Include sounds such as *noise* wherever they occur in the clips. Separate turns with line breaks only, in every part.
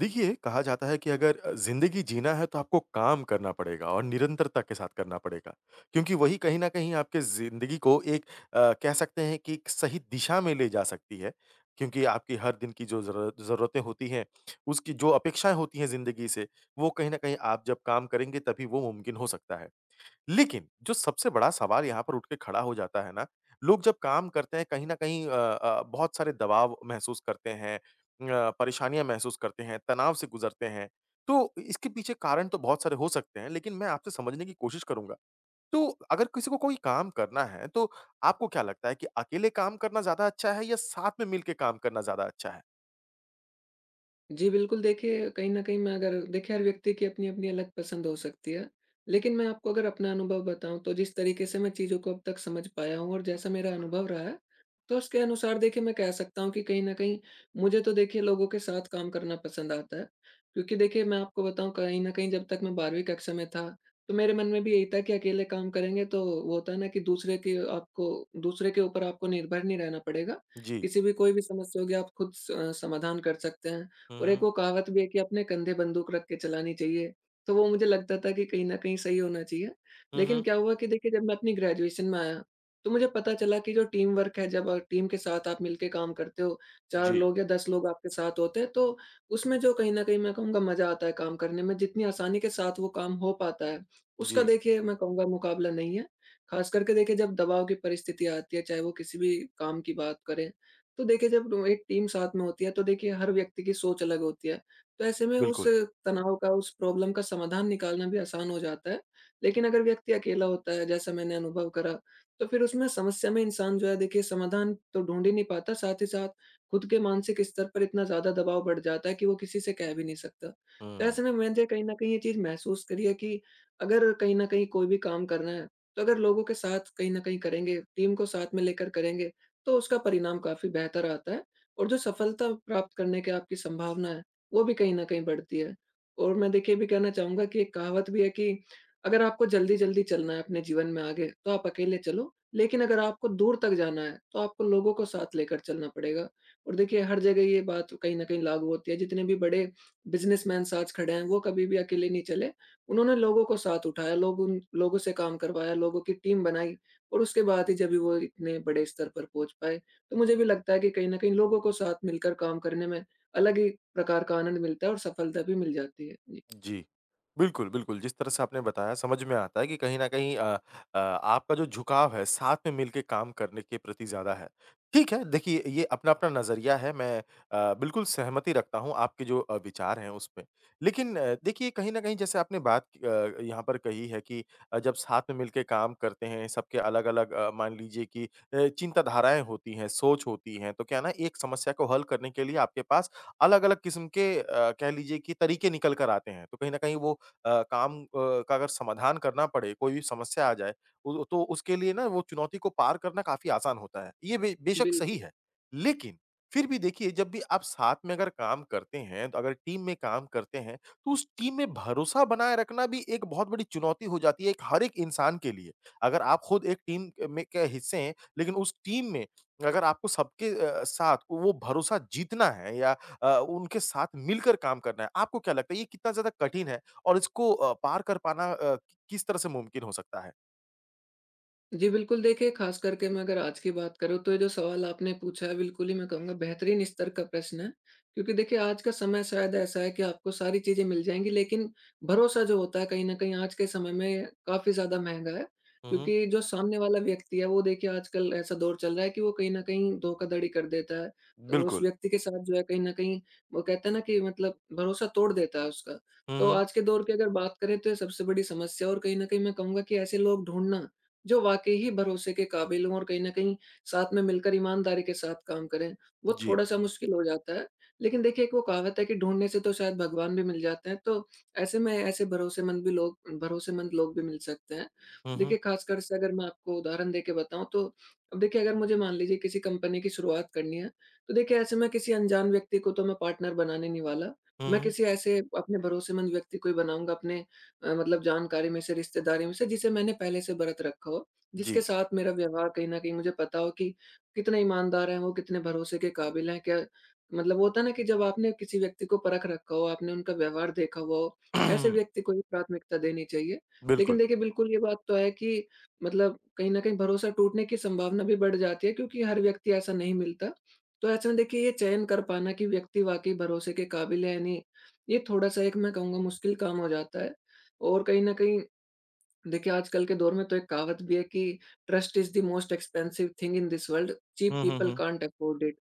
देखिए, कहा जाता है कि अगर ज़िंदगी जीना है तो आपको काम करना पड़ेगा और निरंतरता के साथ करना पड़ेगा। क्योंकि वही कहीं न कहीं आपके ज़िंदगी को एक कह सकते हैं कि एक सही दिशा में ले जा सकती है। क्योंकि आपकी हर दिन की जो ज़रूरतें होती हैं, उसकी जो अपेक्षाएँ होती हैं ज़िंदगी से, वो कहीं न कहीं आप जब काम करेंगे तभी वो मुमकिन हो सकता है। लेकिन जो सबसे बड़ा सवाल यहाँ पर उठ के खड़ा हो जाता है ना, लोग जब काम करते हैं कहीं न कहीं बहुत सारे दबाव महसूस करते हैं, परेशानियाँ महसूस करते हैं, तनाव से गुज़रते हैं। तो इसके पीछे कारण तो बहुत सारे हो सकते हैं, लेकिन मैं आपसे समझने की कोशिश करूँगा। तो अगर किसी को कोई काम करना है, तो आपको क्या लगता है कि अकेले काम करना ज़्यादा अच्छा है या साथ में मिल के काम करना ज़्यादा अच्छा है?
जी, बिल्कुल देखिए, कहीं न कहीं मैं अगर देखिए हर व्यक्ति की अपनी-अपनी अलग पसंद हो सकती है। लेकिन मैं आपको अगर अपना अनुभव बताऊँ, तो जिस तरीके से मैं चीज़ों को अब तक समझ पाया हूँ और जैसा मेरा अनुभव रहा है, तो उसके अनुसार देखिए मैं कह सकता हूँ कि कहीं न कहीं मुझे तो देखिए लोगों के साथ काम करना पसंद आता है। क्योंकि देखिए मैं आपको बताऊँ, कहीं न कहीं जब तक मैं 12वीं कक्षा में था, तो मेरे मन में भी यही था कि अकेले काम करेंगे तो वो होता है ना कि दूसरे के ऊपर आपको निर्भर नहीं रहना पड़ेगा।
जी।
किसी भी, कोई भी समस्या होगी, आप खुद समाधान कर सकते हैं।
हुँ,
और एक
हुँ।
वो कहावत भी है कि अपने कंधे बंदूक रख के चलानी चाहिए, तो वो मुझे लगता था कि कहीं न कहीं सही होना चाहिए।
हुँ,
लेकिन
हुँ।
क्या हुआ कि देखिए जब मैं अपनी ग्रेजुएशन में आया, तो मुझे पता चला कि जो टीम वर्क है, जब टीम के साथ आप मिलके काम करते हो, 4
जी,
लोग या 10 लोग आपके साथ होते हैं, तो उसमें जो कहीं न कहीं मैं कहूँगा मज़ा आता है काम करने में, जितनी आसानी के साथ वो काम हो पाता है, उसका
जी।
देखिए मैं कहूँगा मुकाबला नहीं है। ख़ास करके देखिए जब दबाव की परिस्थिति आती है, चाहे वो किसी भी काम की बात करें, तो देखिए एक टीम साथ में होती है तो देखिए हर व्यक्ति की सोच अलग होती है। तो ऐसे में उस
बिल्कुल।
तनाव का, उस प्रॉब्लम का समाधान निकालना भी आसान हो जाता है। लेकिन अगर व्यक्ति अकेला होता है, जैसा मैंने अनुभव करा, तो फिर उसमें समस्या में इंसान जो है देखिए समाधान तो ढूँढ ही नहीं पाता, साथ ही साथ खुद के मानसिक स्तर पर इतना ज़्यादा दबाव बढ़ जाता है कि वो किसी से कह भी नहीं सकता। तो
हुँ।
ऐसे में मैंने कहीं न कहीं ये चीज़ महसूस करी है कि अगर कहीं न कहीं कोई भी काम करना है, तो अगर लोगों के साथ कहीं न कहीं करेंगे, टीम को साथ में लेकर करेंगे, तो उसका परिणाम काफ़ी बेहतर आता है और जो सफलता प्राप्त करने की आपकी संभावना है, वो भी कहीं न कहीं बढ़ती है। और मैं देखिए ये भी कहना चाहूँगा कि एक कहावत भी है कि अगर आपको जल्दी-जल्दी चलना है अपने जीवन में आगे, तो आप अकेले चलो, लेकिन अगर आपको दूर तक जाना है, तो आपको लोगों को साथ लेकर चलना पड़ेगा। और देखिए हर जगह ये बात कहीं न कहीं लागू होती है। जितने भी बड़े बिज़नेसमैन्स आज खड़े हैं, वो कभी भी अकेले नहीं चले। उन्होंने लोगों को साथ उठाया, लोग उन लोगों से काम करवाया, लोगों की टीम बनाई। और उसके बाद ही जब भी वो इतने बड़े स्तर पर पहुँच पाए, तो मुझे भी लगता है कि कहीं न कहीं लोगों को साथ मिलकर काम करने में अलग ही प्रकार का आनंद मिलता है और सफलता भी मिल जाती है। जी,
जी। बिल्कुल, बिल्कुल, जिस तरह से आपने बताया समझ में आता है कि कहीं न कहीं आपका जो झुकाव है साथ में मिलके काम करने के प्रति ज़्यादा है। ठीक है, देखिए ये अपना-अपना नज़रिया है, मैं बिल्कुल सहमति रखता हूँ आपके जो विचार हैं उसमें। लेकिन देखिए कहीं न कहीं जैसे आपने बात यहाँ पर कही है कि जब साथ में मिलके काम करते हैं सबके अलग-अलग मान लीजिए कि चिंताधाराएँ होती हैं, सोच होती हैं, तो क्या है ना, एक समस्या को हल करने के लिए आपके पास अलग-अलग किस्म के कह लीजिए कि तरीके निकल कर आते हैं। तो कहीं न कहीं वो अ, काम अ, का अगर समाधान करना पड़े, कोई भी समस्या आ जाए, उ तो उसके लिए ना वो चुनौती को पार करना काफ़ी आसान होता है। ये बे बेशक सही
बिल्कुल।
है। लेकिन फिर भी देखिए जब भी आप साथ में अगर काम करते हैं, तो अगर टीम में काम करते हैं, तो उस टीम में भरोसा बनाए रखना भी एक बहुत बड़ी चुनौती हो जाती है एक हर एक इंसान के लिए। अगर आप खुद एक टीम में के हिस्से हैं, लेकिन उस टीम में अगर आपको सबके साथ वो भरोसा जीतना है या उनके साथ मिलकर काम करना है, आपको क्या लगता है ये कितना ज़्यादा कठिन है? और इसको पार कर पाना किस तरह से मुमकिन हो सकता है?
जी, बिल्कुल देखिए, ख़ास करके मैं अगर आज की बात करूँ, तो ये जो सवाल आपने पूछा है, बिल्कुल ही मैं कहूँगा बेहतरीन स्तर का प्रश्न है। क्योंकि देखिए आज का समय शायद ऐसा है कि आपको सारी चीज़ें मिल जाएँगी, लेकिन भरोसा जो होता है, कहीं न कहीं आज के समय में काफ़ी ज़्यादा महँगा है।
हुँ, हुँ।
क्योंकि जो सामने वाला व्यक्ति है, वो देखिए आजकल ऐसा दौर चल रहा है कि वो कहीं न कहीं धोखाधड़ी कर देता है। तो उस
बिल्कुल।
व्यक्ति के साथ जो है कहीं न कहीं, वो कहते हैं ना कि मतलब भरोसा तोड़ देता है उसका।
हुँ,
तो
हुँ।
आज के दौर की अगर बात करें, तो ये सबसे बड़ी समस्या, और कहीं न कहीं मैं कहूँगा कि ऐसे लोग ढूँढना जो वाक़ई ही भरोसे के काबिल हों और कहीं न कहीं साथ में मिलकर ईमानदारी के साथ काम करें, वो
जी।
थोड़ा-सा मुश्किल हो जाता है। लेकिन देखिए एक वो कहावत है कि ढूँढने से तो शायद भगवान भी मिल जाते हैं, तो ऐसे में ऐसे भरोसेमंद लोग भी मिल सकते हैं।
हुँ, हुँ।
देखिए ख़ासकर से अगर मैं आपको उदाहरण देके बताऊँ, तो अब देखिए अगर मुझे मान लीजिए किसी कंपनी की शुरुआत करनी है, तो देखिए ऐसे में किसी अनजान व्यक्ति को तो मैं पार्टनर बनाने नहीं वाला।
हुँ,
मैं
हुँ।
किसी ऐसे अपने भरोसेमंद व्यक्ति को ही बनाऊँगा अपने, मतलब जानकारी में से, रिश्तेदारी में से, जिसे मैंने पहले से व्रत रखा हो, जिसके
जी।
साथ मेरा व्यवहार कहीं न कहीं मुझे पता हो कि कितने ईमानदार हैं वो, कितने भरोसे के काबिल हैं, क्या मतलब, वो होता है ना कि जब आपने किसी व्यक्ति को परख रखा हो, आपने उनका व्यवहार देखा हुआ हो, ऐसे व्यक्ति
*clears throat*
को ही प्राथमिकता देनी चाहिए। लेकिन
बिल्कुल।
देखिए बिल्कुल ये बात तो है कि मतलब कहीं न कहीं भरोसा टूटने की संभावना भी बढ़ जाती है, क्योंकि हर व्यक्ति ऐसा नहीं मिलता। तो ऐसे में देखिए ये चयन कर पाना कि व्यक्ति वाक़ई भरोसे के काबिल है या नहीं, ये थोड़ा-सा एक मैं कहूँगा मुश्किल काम हो जाता है। और कहीं न कहीं देखिए आजकल के दौर में तो एक कहावत भी है कि trust is the most expensive thing in this world, cheap
hmm, hmm,
people
hmm.
Can't afford it.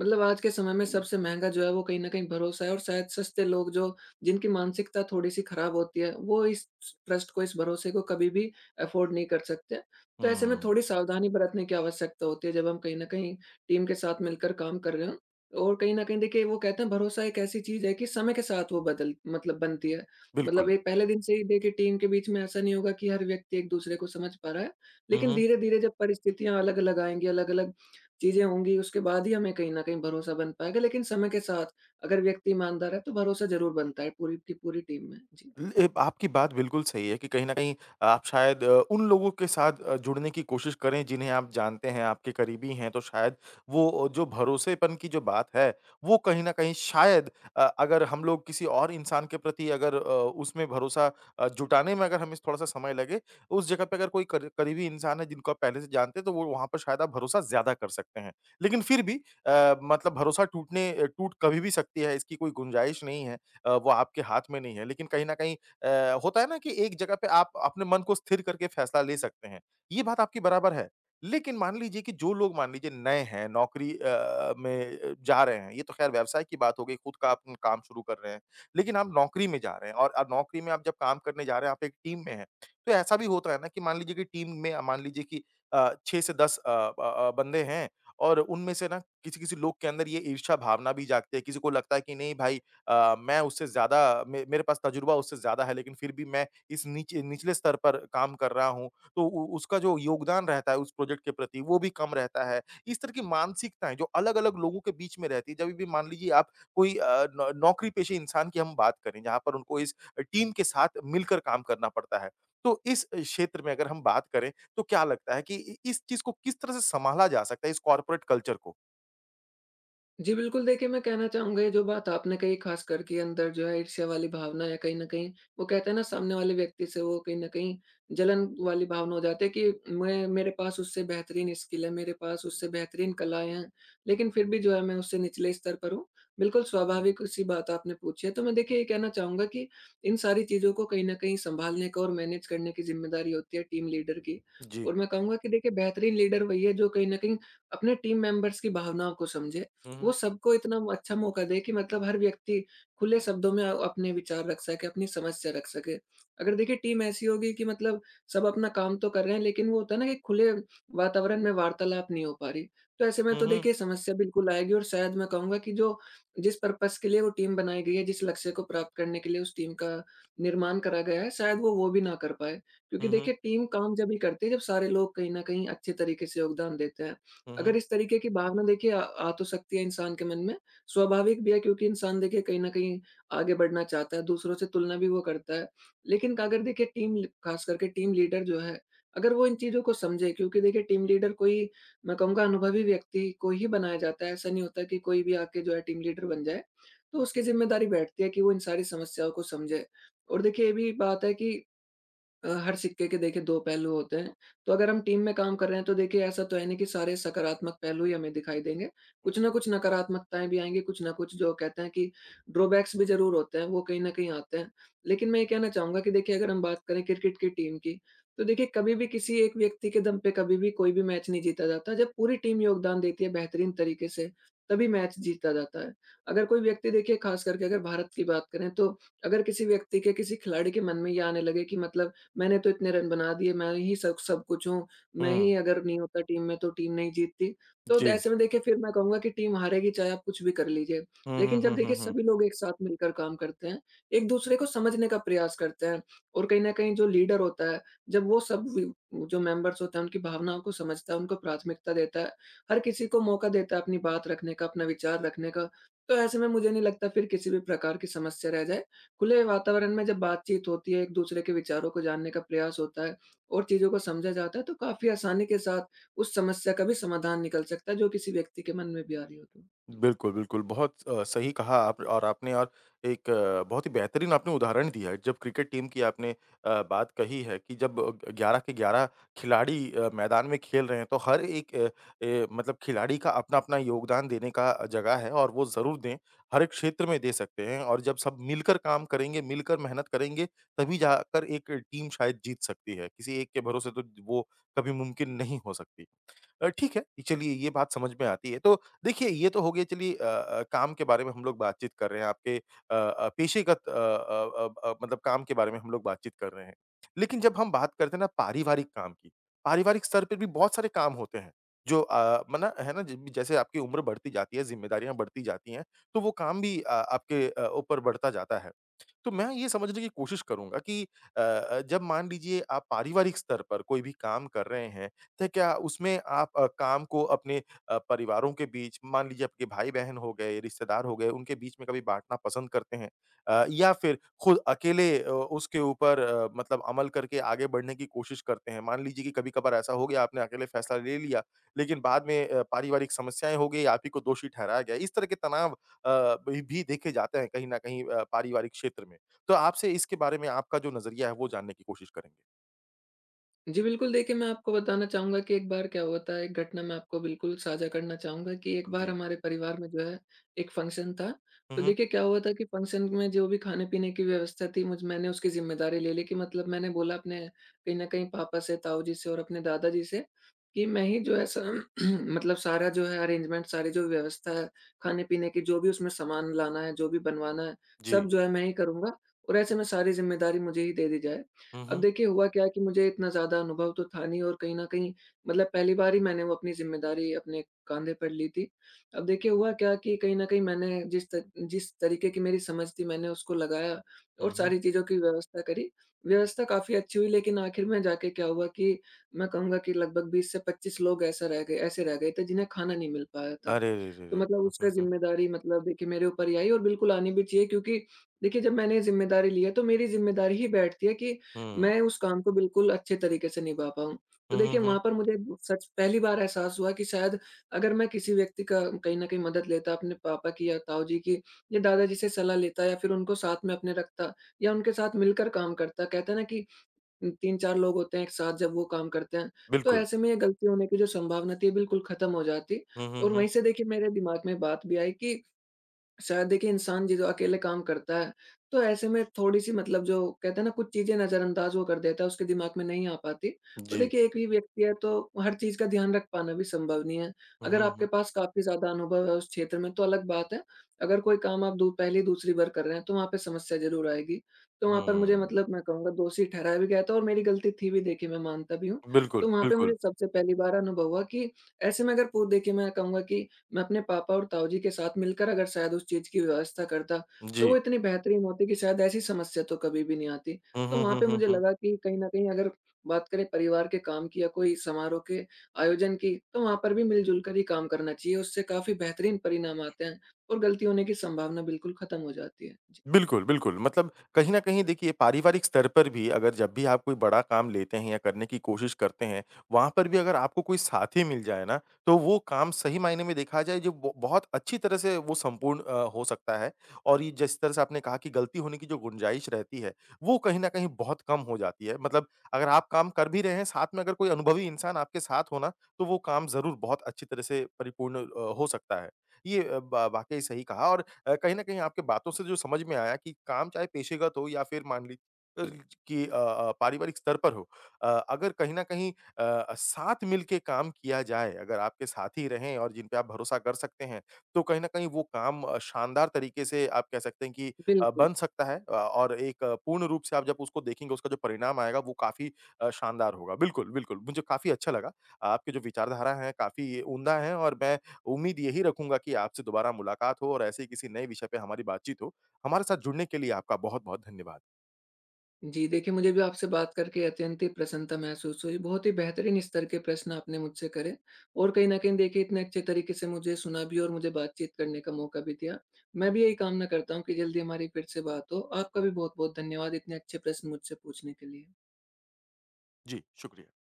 मतलब आज के समय में सबसे महँगा जो है वो कहीं न कहीं भरोसा है, और शायद सस्ते लोग, जो जिनकी मानसिकता थोड़ी-सी खराब होती है, वो इस ट्रस्ट को, इस भरोसे को कभी भी अफोर्ड नहीं कर सकते। तो ऐसे में
हुँ।
थोड़ी सावधानी बरतने की आवश्यकता होती है, जब हम कहीं न कहीं टीम के साथ मिलकर काम कर रहे हों। और कहीं न कहीं देखिए वो कहते हैं, भरोसा एक ऐसी चीज़ है कि समय के साथ वो बदल, मतलब बनती है। मतलब
बिल्कुल।
एक पहले दिन से ही देखिए टीम के बीच में ऐसा नहीं होगा कि हर व्यक्ति एक दूसरे को समझ पा रहा है,
हुँ,
लेकिन
हुँ।
धीरे-धीरे जब परिस्थितियाँ अलग-अलग आएँगी, अलग-अलग चीज़ें होंगी, उसके बाद ही हमें कहीं न कहीं भरोसा बन पाएगा। लेकिन समय के साथ अगर व्यक्ति ईमानदार है, तो भरोसा ज़रूर बनता है पूरी की पूरी टीम में। जी।
ल आपकी बात बिल्कुल सही है कि कहीं न कहीं आप शायद उन लोगों के साथ जुड़ने की कोशिश करें जिन्हें आप जानते हैं, आपके करीबी हैं, तो शायद वो जो भरोसेपन की जो बात है, वो कहीं न कहीं शायद अगर हम लोग किसी और इंसान के प्रति अगर उसमें भरोसा जुटाने में अगर हमें थोड़ा-सा समय लगे, उस जगह पे अगर कोई कर करीबी इंसान है जिनको आप पहले से जानते हैं, तो वो वहाँ पर शायद आप भरोसा ज़्यादा कर सकते हैं। लेकिन फिर भी मतलब भरोसा टूट कभी भी सकती है, इसकी कोई गुंजाइश नहीं है। वो आपके हाथ में नहीं है। लेकिन कहीं न कहीं होता है ना कि एक जगह पे आप अपने मन को स्थिर करके फैसला ले सकते हैं। ये बात आपकी बराबर है। लेकिन मान लीजिए कि जो लोग मान लीजिए नए हैं, नौकरी में जा रहे हैं, ये तो ख़ैर व्यवसाय की बात हो गई, खुद का आप काम शुरू कर रहे हैं। लेकिन आप नौकरी में जा रहे हैं और नौकरी में आप जब काम करने जा रहे हैं, आप एक टीम में हैं। तो ऐसा भी होता है ना कि मान लीजिए कि टीम में मान लीजिए कि 6 से 10 बंदे हैं और उनमें से ना किसी-किसी लोग के अंदर ये ईर्ष्या भावना भी जागती है। किसी को लगता है कि नहीं भाई, मैं उससे ज़्यादा मे मेरे पास तजुर्बा उससे ज़्यादा है, लेकिन फिर भी मैं इस नीचे निचले स्तर पर काम कर रहा हूँ, तो उ उसका जो योगदान रहता है उस प्रोजेक्ट के प्रति वो भी कम रहता है। इस तरह की मानसिकताएँ जो अलग-अलग लोगों के बीच में रहती है, जभी भी मान लीजिए आप कोई अ, नौ नौकरी-पेशे इंसान की हम बात करें, जहाँ पर उनको इस टीम के साथ मिलकर काम करना पड़ता है। तो इस क्षेत्र में अगर हम बात करें, तो क्या लगता है कि इ इस चीज़ को किस तरह से सँभाला जा सकता है, इस कॉर्पोरेट कल्चर को?
जी, बिल्कुल देखिए, मैं कहना चाहूँगा ये जो बात आपने कही, ख़ासकर के अंदर जो है ईर्ष्या वाली भावना है कहीं न कहीं, वो कहते हैं ना, सामने वाले व्यक्ति से वो कहीं न कहीं जलन वाली भावना हो जाती है कि मैं मेरे पास उससे बेहतरीन स्किल है, मेरे पास उससे बेहतरीन कलाएँ हैं, लेकिन फिर भी जो है मैं उससे निचले स्तर पर हूँ। बिल्कुल स्वाभाविक-सी बात आपने पूछी है। तो मैं देखिए ये कहना चाहूँगा कि इन सारी चीज़ों को कहीं न कहीं सँभालने का और मैनेज करने की ज़िम्मेदारी होती है टीम लीडर की।
जी।
और मैं कहूँगा कि देखिए बेहतरीन लीडर वही है जो कहीं न कहीं अपने टीम मेंबर्स की भावनाओं को समझे।
हुँ, हुँ।
वो सबको इतना अच्छा मौका दे कि मतलब हर व्यक्ति खुले शब्दों में अपने विचार रख सके, अपनी समस्या रख सके। अगर देखिए टीम ऐसी होगी कि मतलब सब अपना काम तो कर रहे हैं, लेकिन वो होता है ना कि खुले वातावरण में वार्तालाप नहीं हो पा रही, तो ऐसे में
हुँ,
तो
हुँ।
देखिए समस्या बिल्कुल आएगी। और शायद मैं कहूँगा कि जो जिस पर्पज़ के लिए वो टीम बनाई गई है, जिस लक्ष्य को प्राप्त करने के लिए उस टीम का निर्माण करा गया है, शायद वो भी ना कर पाए। क्योंकि
हुँ, हुँ।
देखिए टीम काम जभी करती है जब सारे लोग कहीं न कहीं अच्छे तरीके से योगदान देते हैं।
हुँ, हुँ।
अगर इस तरीके की भावना देखिए आ आ तो सकती है इंसान के मन में, स्वाभाविक भी है, क्योंकि इंसान देखिए कहीं न कहीं आगे बढ़ना चाहता है, दूसरों से तुलना भी वो करता है। लेकिन अगर देखिए टीम ल ख़ास करके टीम लीडर जो है, अगर वो इन चीज़ों को समझे, क्योंकि देखिए टीम लीडर कोई, मैं कहूँगा, अनुभवी व्यक्ति को ही बनाया
हुँ,
जाता है, ऐसा नहीं होता कि कोई भी आके जो है टीम लीडर बन जाए। तो उसकी ज़िम्मेदारी बैठती है कि वो इन सारी समस्याओं को समझे। और देखिए ये भी बात है कि हर सिक्के के देखिए 2 पहलू होते हैं। तो अगर हम टीम में काम कर रहे हैं, तो देखिए ऐसा तो है नहीं कि सारे सकारात्मक पहलू ही हमें दिखाई देंगे।
हुँ।
कुछ न कुछ नकारात्मकताएँ भी आएँगी, कुछ न कुछ जो कहते हैं कि ड्रॉबैक्स भी ज़रूर होते हैं, वो कहीं न कहीं आते हैं। लेकिन मैं ये कहना चाहूँगा कि देखिए अगर हम बात करें क्रिकेट की टीम की, तो देखिए कभी भी किसी एक व्यक्ति के दम पे कभी भी कोई भी मैच नहीं जीता जाता। जब पूरी टीम योगदान देती है बेहतरीन तरीके से, तभी मैच जीता जाता है। अगर कोई व्यक्ति देखिए, ख़ास करके अगर भारत की बात करें, तो अगर किसी व्यक्ति के, किसी खिलाड़ी के मन में ये आने लगे कि मतलब मैंने तो इतने रन बना दिए, मैं ही सब सब कुछ हूँ, मैं
हुँ।
ही अगर नहीं होता टीम में तो टीम नहीं जीतती। तो
जी।
ऐसे में देखिए फिर मैं कहूँगा कि टीम हारेगी, चाहे आप कुछ भी कर लीजिए।
हुँ, हुँ,
लेकिन जब
हुँ, हुँ,
देखिए
हुँ।
सभी लोग एक साथ मिलकर काम करते हैं, एक-दूसरे को समझने का प्रयास करते हैं और कहीं न कहीं जो लीडर होता है, जब वो सब व जो मेंबर्स होते हैं उनकी भावनाओं को समझता है, उनको प्राथमिकता देता है, हर किसी को मौका देता है अपनी बात रखने का, अपना विचार रखने का, तो ऐसे में मुझे नहीं लगता फिर किसी भी प्रकार की समस्या रह जाए। खुले वातावरण में जब बातचीत होती है, एक-दूसरे के विचारों को जानने का प्रयास होता है और चीज़ों को समझा जाता है, तो काफ़ी आसानी के साथ उस समस्या का भी समाधान निकल सकता है, जो किसी व्यक्ति के मन में भी आ रही हो तो।
बिल्कुल, बिल्कुल, बहुत सही कहा आप और आपने और एक बहुत ही बेहतरीन आपने उदाहरण दिया है। जब क्रिकेट टीम की आपने बात कही है कि जब 11 के 11 खिलाड़ी मैदान में खेल रहे हैं, तो हर एक मतलब खिलाड़ी का अपना-अपना योगदान देने का जगह है और वो ज़रूर दें। हर एक क्षेत्र में दे सकते हैं और जब सब मिलकर काम करेंगे, मिलकर मेहनत करेंगे, तभी जाकर एक टीम शायद जीत सकती है। किसी एक के भरोसे तो वो कभी मुमकिन नहीं हो सकती। ठीक है, चलिए ये बात समझ में आती है। तो देखिए ये तो हो गया, चलिए काम के बारे में हम लोग बातचीत कर रहे हैं, आपके पेशेगत मतलब काम के बारे में हम लोग बातचीत कर रहे हैं। लेकिन जब हम बात करते हैं ना पारिवारिक काम की, पारिवारिक स्तर पे भी बहुत सारे काम होते हैं, जो मना है ना, ज जैसे आपकी उम्र बढ़ती जाती है, ज़िम्मेदारियाँ बढ़ती जाती हैं, तो वो काम भी आपके ऊपर बढ़ता जाता है। तो मैं ये समझने की कोशिश करूँगा कि जब मान लीजिए आप पारिवारिक स्तर पर कोई भी काम कर रहे हैं, तो क्या उसमें आप काम को अपने परिवारों के बीच, मान लीजिए आपके भाई-बहन हो गए, रिश्तेदार हो गए, उनके बीच में कभी बाँटना पसंद करते हैं? या फिर खुद अकेले उसके ऊपर मतलब अमल करके आगे बढ़ने की कोशिश करते हैं? मान लीजिए कि कभी-कभार ऐसा हो गया, आपने अकेले फैसला ले लिया, लेकिन बाद में पारिवारिक समस्याएँ हो गई, आप ही को दोषी ठहराया गया। इस तरह के तनाव भी देखे जाते हैं कहीं न कहीं पारिवारिक क्षेत्र में। तो आपसे इसके बारे में आपका जो नज़रिया है वो जानने की कोशिश करेंगे।
जी, बिल्कुल देखिए, मैं आपको बताना चाहूँगा कि एक बार क्या हुआ था। एक घटना मैं आपको बिल्कुल साझा करना चाहूँगा कि एक बार
जी।
हमारे परिवार में जो है एक फ़ंक्शन था।
हुँ,
तो
हुँ।
देखिए क्या हुआ था कि फ़ंक्शन में जो भी खाने-पीने की व्यवस्था थी, मुझ मैंने उसकी ज़िम्मेदारी ले ली कि मतलब मैंने बोला अपने, कहीं न कहीं पापा से, ताऊजी से और अपने दादाजी से कि मैं ही जो है स *clears throat* मतलब सारा जो है अरेंजमेंट, सारी जो व्यवस्था है, खाने-पीने की जो भी उसमें सामान लाना है, जो भी बनवाना है,
जी।
सब जो है मैं ही करूँगा और ऐसे में सारी ज़िम्मेदारी मुझे ही दे दी जाए।
हुँ,
अब
हुँ।
देखिए हुआ क्या है कि मुझे इतना ज़्यादा अनुभव तो था नहीं और कहीं न कहीं मतलब पहली बार ही मैंने वो अपनी ज़िम्मेदारी अपने काँधे पर ली थी। अब देखिए हुआ क्या कि कहीं न कहीं मैंने जिस तरीके की मेरी समझ थी, मैंने उसको लगाया और
हुँ, हुँ।
सारी चीज़ों की व्यवस्था करी। व्यवस्था काफ़ी अच्छी हुई, लेकिन आखिर में जाके क्या हुआ कि मैं कहूँगा कि लगभग 20 से 25 लोग ऐसा रह गए ऐसे रह गए थे, जिन्हें खाना नहीं मिल पाया था।
अरे रे रे
तो
रे!
मतलब
हुँ,
उसका
हुँ, हुँ।
ज़िम्मेदारी मतलब देखिए मेरे ऊपर ही आई और बिल्कुल आनी भी चाहिए, क्योंकि देखिए जब मैंने ज़िम्मेदारी ली है तो मेरी ज़िम्मेदारी ही बैठती है कि
हुँ।
मैं उस काम को बिल्कुल अच्छे तरीके से निभा पाऊँ। तो
हुँ, हुँ,
देखिए
हुँ।
वहाँ पर मुझे सच पहली बार एहसास हुआ कि शायद अगर मैं किसी व्यक्ति का कहीं न कहीं मदद लेता, अपने पापा की या ताऊजी की या दादाजी से सलाह लेता या फिर उनको साथ में अपने रखता या उनके साथ मिलकर काम करता, कहते हैं ना कि 3-4 लोग होते हैं एक साथ जब वो काम करते हैं, तो
बिल्कुल।
ऐसे में ये गलती होने की जो संभावना थी, बिल्कुल ख़त्म हो जाती।
हुँ, हुँ,
और
हुँ।
वहीं से देखिए मेरे दिमाग में बात भी आई कि शायद देखिए इंसान जी जो अकेले काम करता है, तो ऐसे में थोड़ी-सी मतलब जो कहते हैं ना, कुछ चीज़ें नज़रअंदाज़ वो कर देता है, उसके दिमाग में नहीं आ पाती। और
जी।
देखिए एक ही व्यक्ति है तो हर चीज़ का ध्यान रख पाना भी संभव नहीं है।
हुँ,
अगर
हुँ,
आपके
हुँ।
पास काफ़ी ज़्यादा अनुभव है उस क्षेत्र में तो अलग बात है, अगर कोई काम आप दू पहली, दूसरी बार कर रहे हैं तो वहाँ पे समस्या ज़रूर आएगी। तो वहाँ पर मुझे
हुँ।
मतलब मैं कहूँगा दोषी ठहराया भी गया था और मेरी गलती थी भी, देखिए मैं मानता भी हूँ।
बिल्कुल,
तो वहाँ पे
बिल्कुल।
मुझे सबसे पहली बार अनुभव हुआ कि ऐसे में अगर पू देखिए मैं कहूँगा कि मैं अपने पापा और ताऊजी के साथ मिलकर अगर शायद उस चीज़ की व्यवस्था करता, तो
जी।
वो इतनी बेहतरीन होती कि शायद ऐसी समस्या तो कभी भी नहीं आती।
हुँ,
तो
हुँ,
वहाँ
हुँ,
पे
हुँ,
मुझे
हुँ।
लगा कि कहीं न कहीं अगर बात करें परिवार के काम की या कोई समारोह के आयोजन की, तो वहाँ पर भी मिल-जुल कर ही काम करना चाहिए। उससे काफ़ी बेहतरीन परिणाम आते हैं और गलती होने की संभावना बिल्कुल खत्म हो जाती है। जी,
बिल्कुल, बिल्कुल। मतलब कहीं न कहीं देखिए पारिवारिक स्तर पर भी अगर जब भी आप कोई बड़ा काम लेते हैं या करने की कोशिश करते हैं, वहाँ पर भी अगर आपको कोई साथी मिल जाए ना, तो वो काम सही मायने में देखा जाए जो ब बहुत अच्छी तरह से वो संपूर्ण हो सकता है। और ये जिस तरह से आपने कहा कि गलती होने की जो गुंजाइश रहती है, वो कहीं न कहीं बहुत कम हो जाती है। मतलब अगर आप काम कर भी रहे हैं, साथ में अगर कोई अनुभवी इंसान आपके साथ हो ना, तो वो काम ज़रूर बहुत अच्छी तरह से परिपूर्ण हो सकता है। ये अ, ब वाक़ई सही कहा और कहीं न कहीं आपकी बातों से जो समझ में आया कि काम चाहे पेशेगत हो या फिर अ, कि पारिवारिक स्तर पर हो। अगर कहीं न कहीं साथ मिल के काम किया जाए, अगर आपके साथी रहें और जिन पे आप भरोसा कर सकते हैं, तो कहीं न कहीं वो काम शानदार तरीके से आप कह सकते हैं कि
बिल्कुल।
बन सकता है, और एक पूर्ण रूप से आप जब उसको देखेंगे, उसका जो परिणाम आएगा, वो काफ़ी शानदार होगा। बिल्कुल, बिल्कुल, मुझे काफ़ी अच्छा लगा। आपके जो विचारधारा हैं, काफ़ी उम्दा हैं और मैं उम्मीद यही रखूँगा कि आपसे दोबारा मुलाकात हो और ऐसे ही किसी नए विषय पे हमारी बातचीत हो। हमारे साथ जुड़ने के लिए आपका बहुत-बहुत धन्यवाद।
जी, देखिए मुझे भी आपसे बात करके अत्यंत ही प्रसन्नता महसूस हुई। बहुत ही बेहतरीन स्तर के प्रश्न आपने मुझसे करे और कहीं न कहीं देखिए इतने अच्छे तरीके से मुझे सुना भी और मुझे बातचीत करने का मौका भी दिया। मैं भी यही कामना करता हूँ कि जल्दी हमारी फिर से बात हो। आपका भी बहुत-बहुत धन्यवाद इतने अच्छे प्रश्न मुझसे पूछने के लिए।
जी, शुक्रिया।